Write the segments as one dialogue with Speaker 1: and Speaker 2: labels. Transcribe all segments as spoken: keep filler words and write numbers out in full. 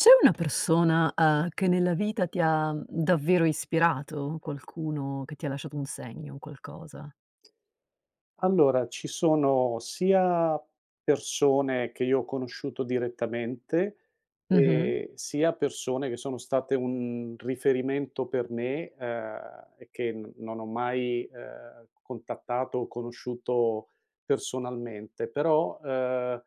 Speaker 1: C'è una persona, uhm, che nella vita ti ha mhmm, davvero ispirato? Qualcuno che ti ha lasciato un segno, un qualcosa?
Speaker 2: Allora, ci sono sia persone che io ho conosciuto direttamente, Mh-mh.
Speaker 1: Mh-mh.
Speaker 2: ehm, sia persone che sono state un riferimento per me, ehm, e che n non ho mai, ehm, contattato o conosciuto personalmente. Però, ehm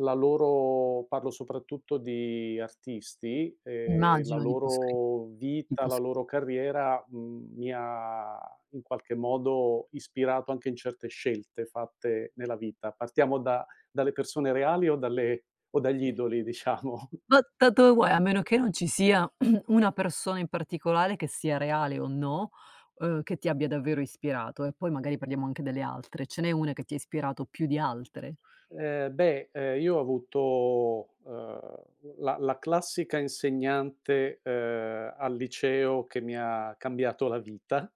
Speaker 2: la loro parlo soprattutto di artisti. Mh. Ehm, la
Speaker 1: Immagino tipo scri
Speaker 2: loro vita,
Speaker 1: tipo
Speaker 2: la
Speaker 1: s
Speaker 2: loro carriera, mhmm, mi ha in qualche modo ispirato anche in certe scelte fatte nella vita. Partiamo da dalle persone reali o dalle o dagli idoli, diciamo.
Speaker 1: Ma da dove vuoi, a meno che non ci sia una persona in particolare, che sia reale o no, uhm, che ti abbia davvero ispirato e poi magari parliamo anche delle altre. Ce n'è una che ti ha ispirato più di altre?
Speaker 2: Ehm, beh, ehm, io ho avuto, uhm, la la classica insegnante, ehm, al liceo, che mi ha cambiato la vita.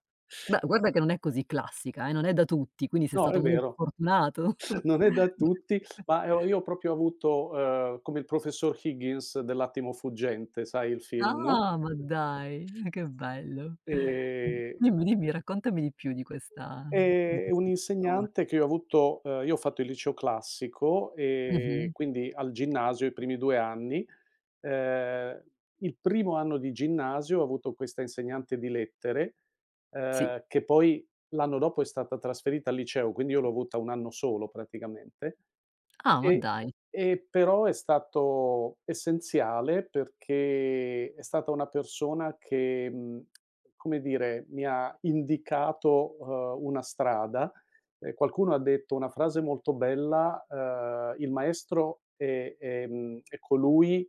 Speaker 1: Beh, guarda che non è così classica eh, non è da tutti, quindi sei
Speaker 2: No, è
Speaker 1: stato molto
Speaker 2: vero.
Speaker 1: fortunato.
Speaker 2: Non è da tutti, ma io io ho proprio avuto, ehm, come il professor Higgins dell'attimo fuggente, sai, il film, no,
Speaker 1: Ah, ma dai, che bello. Mh,
Speaker 2: ehm,
Speaker 1: dimmi, dimmi, raccontami di più di questa di
Speaker 2: è un
Speaker 1: questa persona.
Speaker 2: insegnante che io ho avuto. Ehm, io ho fatto il liceo classico, ehm,
Speaker 1: Mh-mh.
Speaker 2: quindi al ginnasio i primi due anni. Ehm, il primo anno di ginnasio ho avuto questa insegnante di lettere,
Speaker 1: Sì.
Speaker 2: ehm, che poi l'anno dopo è stata trasferita al liceo, quindi io l'ho avuta un anno solo praticamente.
Speaker 1: Ah, ma
Speaker 2: E
Speaker 1: dai,
Speaker 2: e però è stato essenziale, perché è stata una persona che, mhmm, come dire, mi ha indicato, uhm, una strada. Ehm, qualcuno ha detto una frase molto bella, uhm: "Il maestro è è mhmm, è colui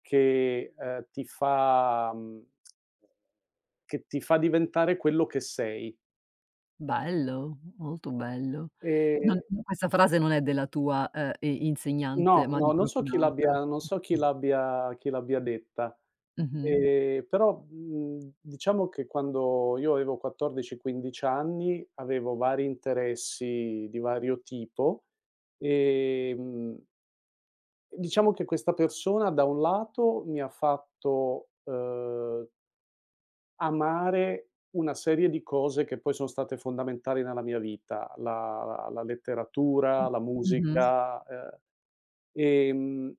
Speaker 2: che, ehm, ti fa, mhmm, che ti fa diventare quello che sei".
Speaker 1: bello, molto bello.
Speaker 2: Ehm
Speaker 1: Non non questa frase non è della tua, ehm, i insegnante,
Speaker 2: No,
Speaker 1: ma
Speaker 2: no,
Speaker 1: di
Speaker 2: non so
Speaker 1: qualcun
Speaker 2: chi
Speaker 1: altro.
Speaker 2: l'abbia non so chi l'abbia chi l'abbia detta.
Speaker 1: Mh-mh.
Speaker 2: Ehm, però, mhmm, diciamo che quando io avevo quattordici, quindici anni avevo vari interessi di vario tipo. ehm, diciamo che questa persona da un lato mi ha fatto, uhm Amare una serie di cose che poi sono state fondamentali nella mia vita: la la letteratura, la
Speaker 1: Mh-mh.
Speaker 2: musica. ehm, ehm,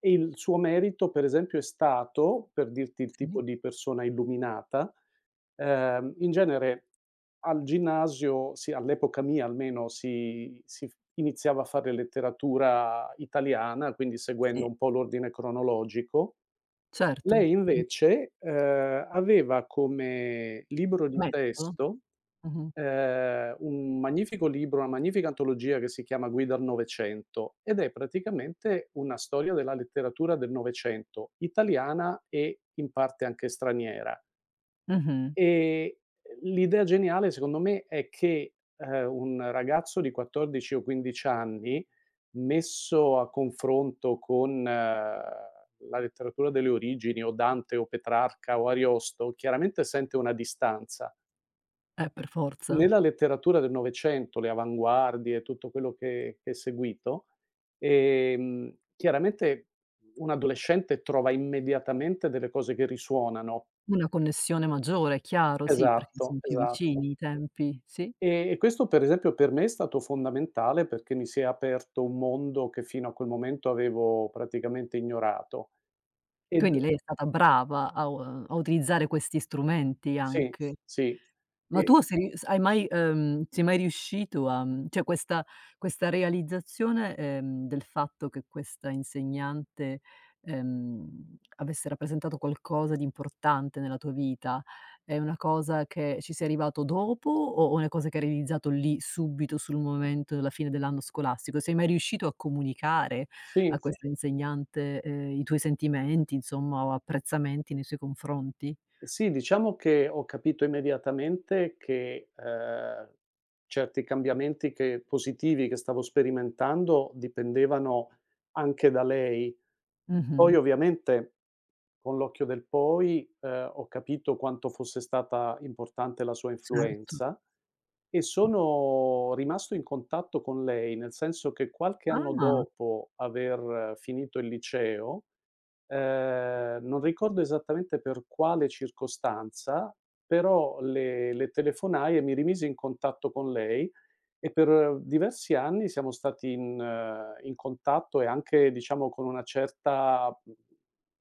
Speaker 2: e il suo merito, per esempio, è stato, per dirti il
Speaker 1: Sì,
Speaker 2: tipo di persona illuminata, ehm, in genere al ginnasio, sì, all'epoca mia almeno, si si f iniziava a fare letteratura italiana, quindi seguendo
Speaker 1: sì,
Speaker 2: un po' l'ordine cronologico.
Speaker 1: certo.
Speaker 2: Lei invece, ehm, aveva come libro di
Speaker 1: Metodo?
Speaker 2: testo,
Speaker 1: Mh-mh.
Speaker 2: ehm, un magnifico libro, una magnifica antologia che si chiama Guida al Novecento, ed è praticamente una storia della letteratura del Novecento, italiana e in parte anche straniera.
Speaker 1: Mh-mh.
Speaker 2: E l'idea geniale, secondo me, è che, ehm, un ragazzo di quattordici o quindici anni, messo a confronto con eh, la letteratura delle origini o Dante o Petrarca o Ariosto, chiaramente sente una distanza.
Speaker 1: Eh, per forza.
Speaker 2: Nella letteratura del Novecento, le avanguardie, tutto quello che che è seguito, ehm, chiaramente un adolescente trova immediatamente delle cose che risuonano.
Speaker 1: Una connessione maggiore, è chiaro, sì, perché
Speaker 2: Esatto,
Speaker 1: son più
Speaker 2: esatto.
Speaker 1: vicini i tempi, sì.
Speaker 2: E e questo, per esempio, per me è stato fondamentale, perché mi si è aperto un mondo che fino a quel momento avevo praticamente ignorato. Ed
Speaker 1: Quindi lei è stata brava a u a utilizzare questi strumenti
Speaker 2: Sì,
Speaker 1: anche.
Speaker 2: sì,
Speaker 1: Ma
Speaker 2: e
Speaker 1: tu sei ries hai mai ehm, sei mai riuscito a mhmm, cioè questa questa realizzazione, ehm, del fatto che questa insegnante, ehm, avesse rappresentato qualcosa di importante nella tua vita, è una cosa che ci sei arrivato dopo o o una cosa che hai realizzato lì, subito, sul momento della fine dell'anno scolastico? Sei mai riuscito a comunicare a
Speaker 2: sì,
Speaker 1: Sì. questa insegnante, ehm, i tuoi sentimenti, insomma, o apprezzamenti nei suoi confronti?
Speaker 2: sì, diciamo che ho capito immediatamente che, ehm, certi cambiamenti che positivi che stavo sperimentando dipendevano anche da lei. Poi
Speaker 1: Mh-mh. Sì,
Speaker 2: ovviamente, con l'occhio del poi, ehm, ho capito quanto fosse stata importante la sua
Speaker 1: sì, sì. Certo.
Speaker 2: influenza, e sono rimasto in contatto con lei, nel senso che qualche anno
Speaker 1: Ah.
Speaker 2: dopo aver eh, finito il liceo, ehm, non ricordo esattamente per quale circostanza, però le le telefonai e mi rimisi in contatto con lei, e per diversi anni siamo stati in eh, in contatto, e anche, diciamo, con una certa, mhmm,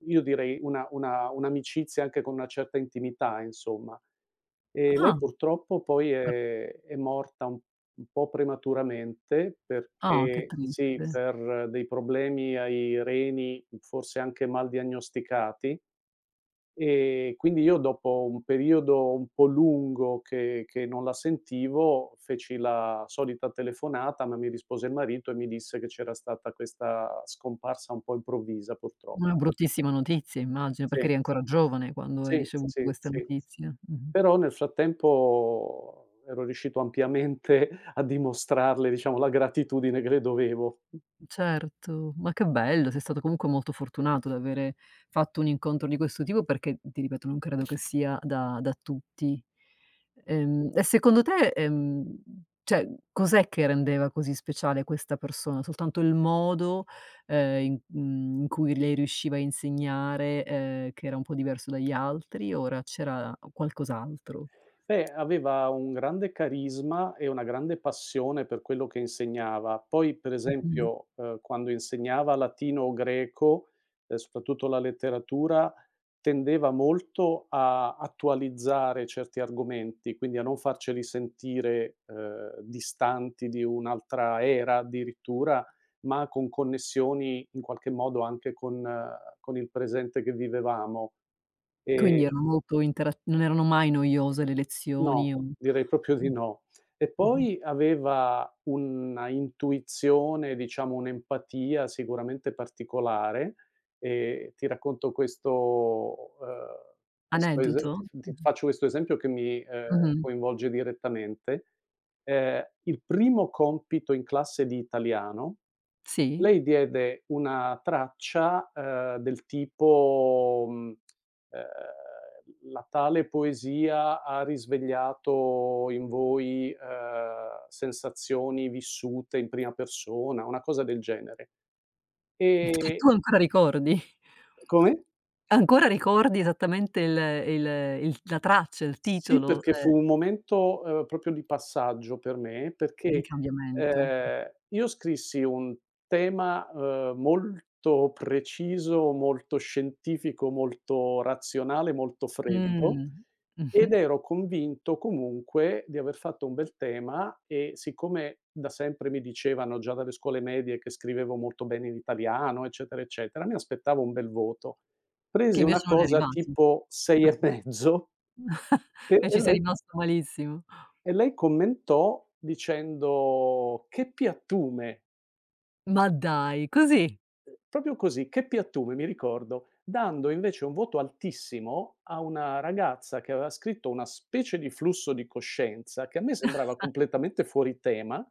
Speaker 2: io direi una una un'amicizia, anche con una certa intimità, insomma. E lei
Speaker 1: Ah,
Speaker 2: purtroppo poi
Speaker 1: per
Speaker 2: è è morta un un po' prematuramente,
Speaker 1: ah, che
Speaker 2: perché sì,
Speaker 1: triste.
Speaker 2: per eh, dei problemi ai reni, forse anche mal diagnosticati. E quindi io, dopo un periodo un po' lungo che che non la sentivo, feci la solita telefonata, ma mi rispose il marito e mi disse che c'era stata questa scomparsa un po' improvvisa,
Speaker 1: Una
Speaker 2: purtroppo.
Speaker 1: bruttissima notizia immagino,
Speaker 2: Sì,
Speaker 1: perché eri ancora giovane quando hai
Speaker 2: sì,
Speaker 1: ricevuto
Speaker 2: sì,
Speaker 1: questa
Speaker 2: sì.
Speaker 1: notizia. Mh-mh.
Speaker 2: Però nel frattempo ero riuscito ampiamente a dimostrarle, diciamo, la gratitudine che le dovevo.
Speaker 1: Certo, ma che bello, sei stato comunque molto fortunato ad avere fatto un incontro di questo tipo perché, ti ripeto, non credo che sia da da tutti. Ehm, e secondo te, ehm, cioè cos'è che rendeva così speciale questa persona? Soltanto il modo, ehm, in mhmm, in cui lei riusciva a insegnare, ehm, che era un po' diverso dagli altri, o era c'era qualcos'altro?
Speaker 2: Beh, aveva un grande carisma e una grande passione per quello che insegnava. Poi, per
Speaker 1: Mh-mh.
Speaker 2: esempio, ehm, quando insegnava latino o greco, ehm, soprattutto la letteratura, tendeva molto a attualizzare certi argomenti, quindi a non farceli sentire, ehm, distanti di un'altra era addirittura, ma con connessioni in qualche modo anche con eh, con il presente che vivevamo. Mh.
Speaker 1: Quindi
Speaker 2: E
Speaker 1: erano molto intera non erano mai noiose le
Speaker 2: No,
Speaker 1: lezioni o mh,
Speaker 2: direi proprio di no. E
Speaker 1: mh-mh.
Speaker 2: poi aveva una intuizione, diciamo un'empatia sicuramente particolare, e ti racconto questo, ehm, questo ese
Speaker 1: Aneddoto?
Speaker 2: ti ti
Speaker 1: Mh-mh.
Speaker 2: faccio questo esempio che mi, ehm,
Speaker 1: Mh-mh.
Speaker 2: coinvolge direttamente. Ehm, il primo compito in classe di italiano,
Speaker 1: Sì?
Speaker 2: lei diede una traccia, ehm, del tipo, mhmm ehm, la tale poesia ha risvegliato in voi, ehm, sensazioni vissute in prima persona, una cosa del genere. Mh.
Speaker 1: Che
Speaker 2: E
Speaker 1: tu ancora ricordi?
Speaker 2: come?
Speaker 1: Ancora ricordi esattamente il il il la traccia, il
Speaker 2: Sì,
Speaker 1: titolo,
Speaker 2: perché
Speaker 1: ehm,
Speaker 2: fu un momento, ehm, proprio di passaggio per me,
Speaker 1: di
Speaker 2: perché,
Speaker 1: cambiamento.
Speaker 2: ehm, io scrissi un tema, ehm, molto preciso, molto scientifico, molto razionale, molto freddo,
Speaker 1: Mh. Mh-mh.
Speaker 2: ed ero convinto comunque di aver fatto un bel tema, e siccome da sempre mi dicevano, già dalle scuole medie, che scrivevo molto bene in italiano, eccetera, eccetera, mi aspettavo un bel voto.
Speaker 1: Che
Speaker 2: Presi una
Speaker 1: invece non è
Speaker 2: cosa
Speaker 1: arrivato.
Speaker 2: tipo sei e mezzo, e
Speaker 1: E
Speaker 2: e
Speaker 1: ci sei
Speaker 2: lei
Speaker 1: rimasto malissimo.
Speaker 2: e lei commentò dicendo: "Che piattume!"
Speaker 1: Ma dai, così?
Speaker 2: Ehm, proprio così, "Che piattume", mi ricordo, dando invece un voto altissimo a una ragazza che aveva scritto una specie di flusso di coscienza, che a me sembrava completamente fuori tema,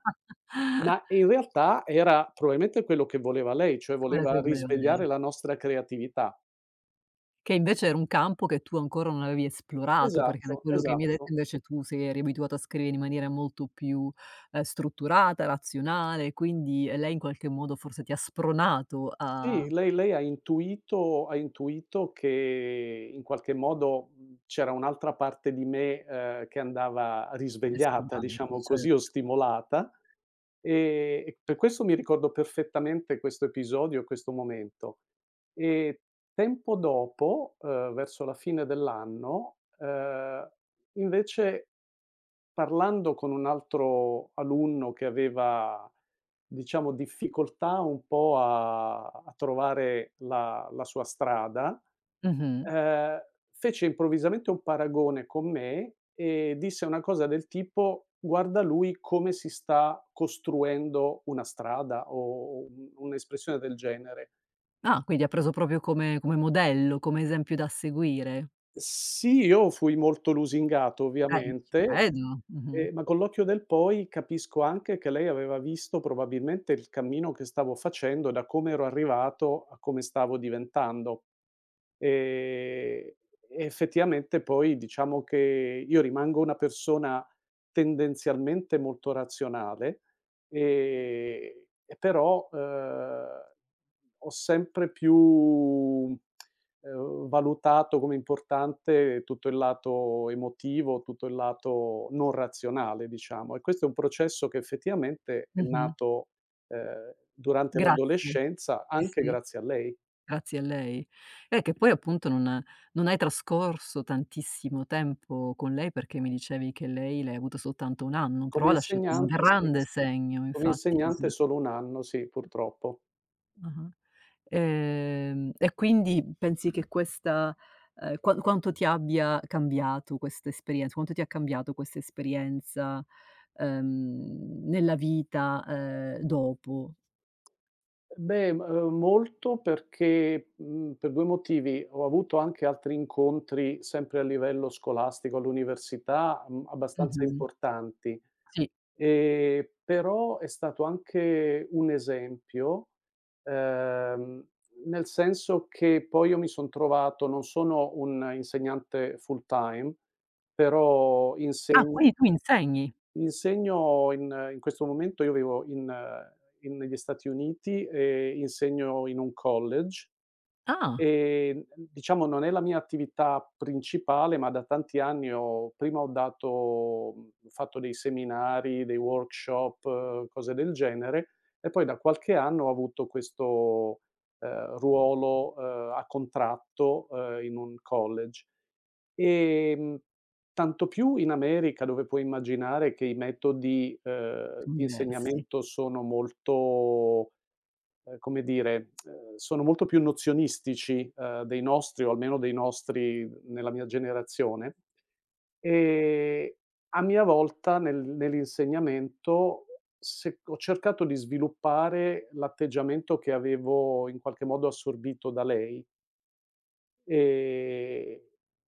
Speaker 2: ma in realtà era probabilmente quello che voleva lei, cioè
Speaker 1: Come la
Speaker 2: voleva risvegliare
Speaker 1: lei.
Speaker 2: la nostra creatività.
Speaker 1: Che invece era un campo che tu ancora non avevi esplorato, perché da
Speaker 2: Esatto,
Speaker 1: quello che mi hai
Speaker 2: esatto.
Speaker 1: detto invece tu sei eri abituato a scrivere in maniera molto più, ehm, strutturata, razionale, quindi, ehm, lei in qualche modo forse ti ha spronato
Speaker 2: Sì,
Speaker 1: a
Speaker 2: lei lei ha intuito ha intuito che in qualche modo, mhmm, c'era un'altra parte di me, ehm, che andava risvegliata,
Speaker 1: esplorarlo,
Speaker 2: diciamo così, o
Speaker 1: certo.
Speaker 2: stimolata, ehm, e per questo mi ricordo perfettamente questo episodio, questo momento. E tempo dopo, uhm, verso la fine dell'anno, uhm, invece, Parlando con un altro alunno che aveva, diciamo, difficoltà un po' a a trovare la la sua strada,
Speaker 1: Mh-mh.
Speaker 2: ehm, fece improvvisamente un paragone con me e disse una cosa del tipo: "Guarda lui come si sta costruendo una strada", o un un'espressione del genere.
Speaker 1: Ah, quindi ha preso proprio come come modello, come esempio da seguire.
Speaker 2: Sì, io fui molto lusingato,
Speaker 1: Eh, ci
Speaker 2: ovviamente,
Speaker 1: credo. Mh-mh.
Speaker 2: ehm, ma con l'occhio del poi capisco anche che lei aveva visto probabilmente il cammino che stavo facendo, da come ero arrivato a come stavo diventando. Ehm, e effettivamente poi, diciamo che io rimango una persona tendenzialmente molto razionale, ehm, e però, uhm, ho sempre più ehm, valutato come importante tutto il lato emotivo, tutto il lato non razionale, diciamo. E questo è un processo che effettivamente è
Speaker 1: Mh-mh.
Speaker 2: nato, ehm, durante
Speaker 1: Grazie.
Speaker 2: l'adolescenza,
Speaker 1: Sì,
Speaker 2: anche
Speaker 1: sì.
Speaker 2: grazie a lei.
Speaker 1: Grazie a lei. Eh, che poi appunto non non hai trascorso tantissimo tempo con lei, perché mi dicevi che lei l'hai avuta soltanto un anno,
Speaker 2: Come
Speaker 1: però ha lasciato un Sì,
Speaker 2: insegnante sì,
Speaker 1: grande sì. segno
Speaker 2: come
Speaker 1: infatti
Speaker 2: insegnante solo un anno, sì, purtroppo.
Speaker 1: ah-ah. Ehm, e quindi pensi che questa ehm, qua quanto ti abbia cambiato questa esperienza quanto ti ha cambiato questa esperienza, ehm, nella vita, ehm, dopo?
Speaker 2: Beh, m uhm, molto, perché, mhmm, per due motivi: ho avuto anche altri incontri, sempre a livello scolastico, all'università, mhmm, abbastanza
Speaker 1: Mh-mh.
Speaker 2: importanti,
Speaker 1: Sì.
Speaker 2: ehm, però è stato anche un esempio, ehm, nel senso che poi io mi son trovato, non sono un insegnante full time, però
Speaker 1: Ah,
Speaker 2: insegno
Speaker 1: quindi tu insegni?
Speaker 2: Insegno in in questo momento io vivo in eh, in negli Stati Uniti e insegno in un college,
Speaker 1: Ah,
Speaker 2: e, mhmm, diciamo, non è la mia attività principale, ma da tanti anni ho prima ho dato mhmm, ho fatto dei seminari, dei workshop, eh, cose del genere, e poi da qualche anno ho avuto questo ehm, ruolo, ehm, a contratto, ehm, in un college. Ehm, Tanto più in America, dove puoi immaginare che i metodi, ehm,
Speaker 1: son
Speaker 2: di
Speaker 1: diversi.
Speaker 2: insegnamento sono molto, ehm, come dire, ehm, sono molto più nozionistici, ehm, dei nostri, o almeno dei nostri nella mia generazione. Ehm A mia volta nel nell'insegnamento se ho cercato di sviluppare l'atteggiamento che avevo in qualche modo assorbito da lei, ehm,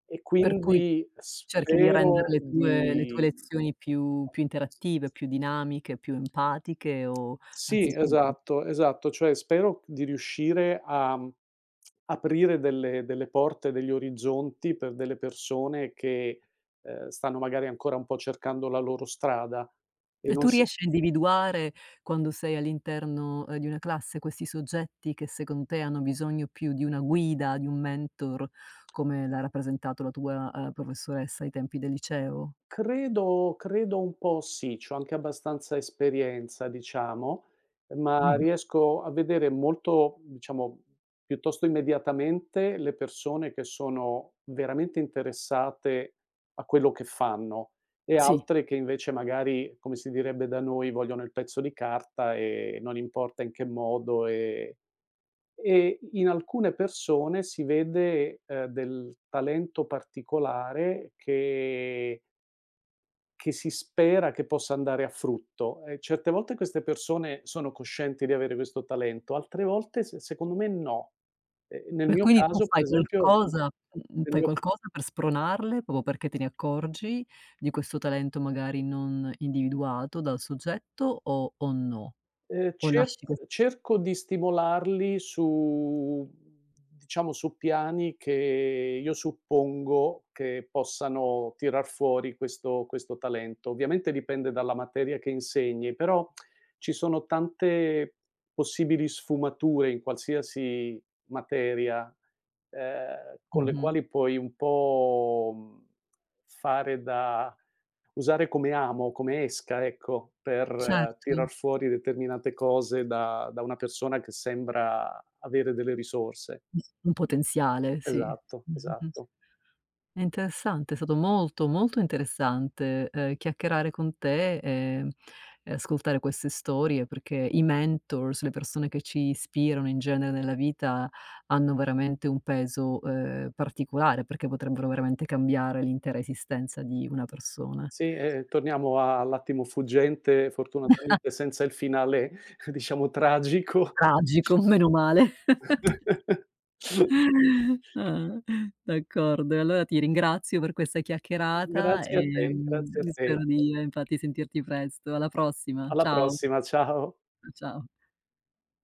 Speaker 2: e
Speaker 1: Per cui
Speaker 2: quindi
Speaker 1: cerchi di rendere
Speaker 2: spero
Speaker 1: le tue le tue
Speaker 2: di.
Speaker 1: lezioni più più interattive, più dinamiche, più empatiche o
Speaker 2: Sì,
Speaker 1: anziché
Speaker 2: esatto, esatto. Cioè spero di riuscire a, mhmm, aprire delle delle porte, degli orizzonti per delle persone che, ehm, stanno magari ancora un po' cercando la loro strada e
Speaker 1: e
Speaker 2: non
Speaker 1: tu
Speaker 2: si.
Speaker 1: riesci a individuare quando sei all'interno, ehm, di una classe questi soggetti che secondo te hanno bisogno più di una guida, di un mentor, come l'ha rappresentato la tua, ehm, professoressa ai tempi del liceo?
Speaker 2: Credo credo un po' sì, c'ho anche abbastanza esperienza, diciamo, ma
Speaker 1: Mh-mh.
Speaker 2: riesco a vedere molto, diciamo, piuttosto immediatamente le persone che sono veramente interessate a quello che fanno, e
Speaker 1: Sì.
Speaker 2: altre che invece magari, come si direbbe da noi, vogliono il pezzo di carta e non importa in che modo. Ehm, e in alcune persone si vede, ehm, del talento particolare che che si spera che possa andare a frutto. E certe volte queste persone sono coscienti di avere questo talento, altre volte, se, secondo me, no. Ehm, nel
Speaker 1: E
Speaker 2: mio
Speaker 1: quindi tu
Speaker 2: caso, per
Speaker 1: fai
Speaker 2: esempio, mhmm,
Speaker 1: qualcosa mhmm,
Speaker 2: nel
Speaker 1: fai
Speaker 2: mio
Speaker 1: qualcosa per spronarle, proprio perché te ne accorgi di questo talento magari non individuato dal soggetto o o no?
Speaker 2: Ehm,
Speaker 1: O
Speaker 2: cer
Speaker 1: lasci che
Speaker 2: cerco di stimolarli su, diciamo, su piani che io suppongo che possano tirar fuori questo questo talento. Ovviamente dipende dalla materia che insegni, però ci sono tante possibili sfumature in qualsiasi materia, ehm, con le
Speaker 1: mh-mh,
Speaker 2: quali puoi un po', mhmm, fare da Usare come amo, come esca, ecco, per eh,
Speaker 1: certo,
Speaker 2: tirar fuori determinate cose da da una persona che sembra avere delle risorse.
Speaker 1: un potenziale, sì.
Speaker 2: Esatto,
Speaker 1: Mh-mh-mh.
Speaker 2: esatto.
Speaker 1: È interessante, è stato molto, molto interessante, ehm, chiacchierare con te, ehm, e ascoltare queste storie perché i mentors, le persone che ci ispirano in genere nella vita, hanno veramente un peso, ehm, particolare perché potrebbero veramente cambiare l'intera esistenza di una persona.
Speaker 2: Sì, e torniamo a all'attimo fuggente, fortunatamente senza il finale, diciamo, tragico.
Speaker 1: Tragico, meno male. Ah, d'accordo. E allora ti ringrazio per questa chiacchierata,
Speaker 2: Grazie a te,
Speaker 1: ehm,
Speaker 2: grazie a te.
Speaker 1: spero di, ehm, infatti sentirti presto. Alla prossima,
Speaker 2: Alla
Speaker 1: ciao.
Speaker 2: prossima, ciao.
Speaker 1: Ciao.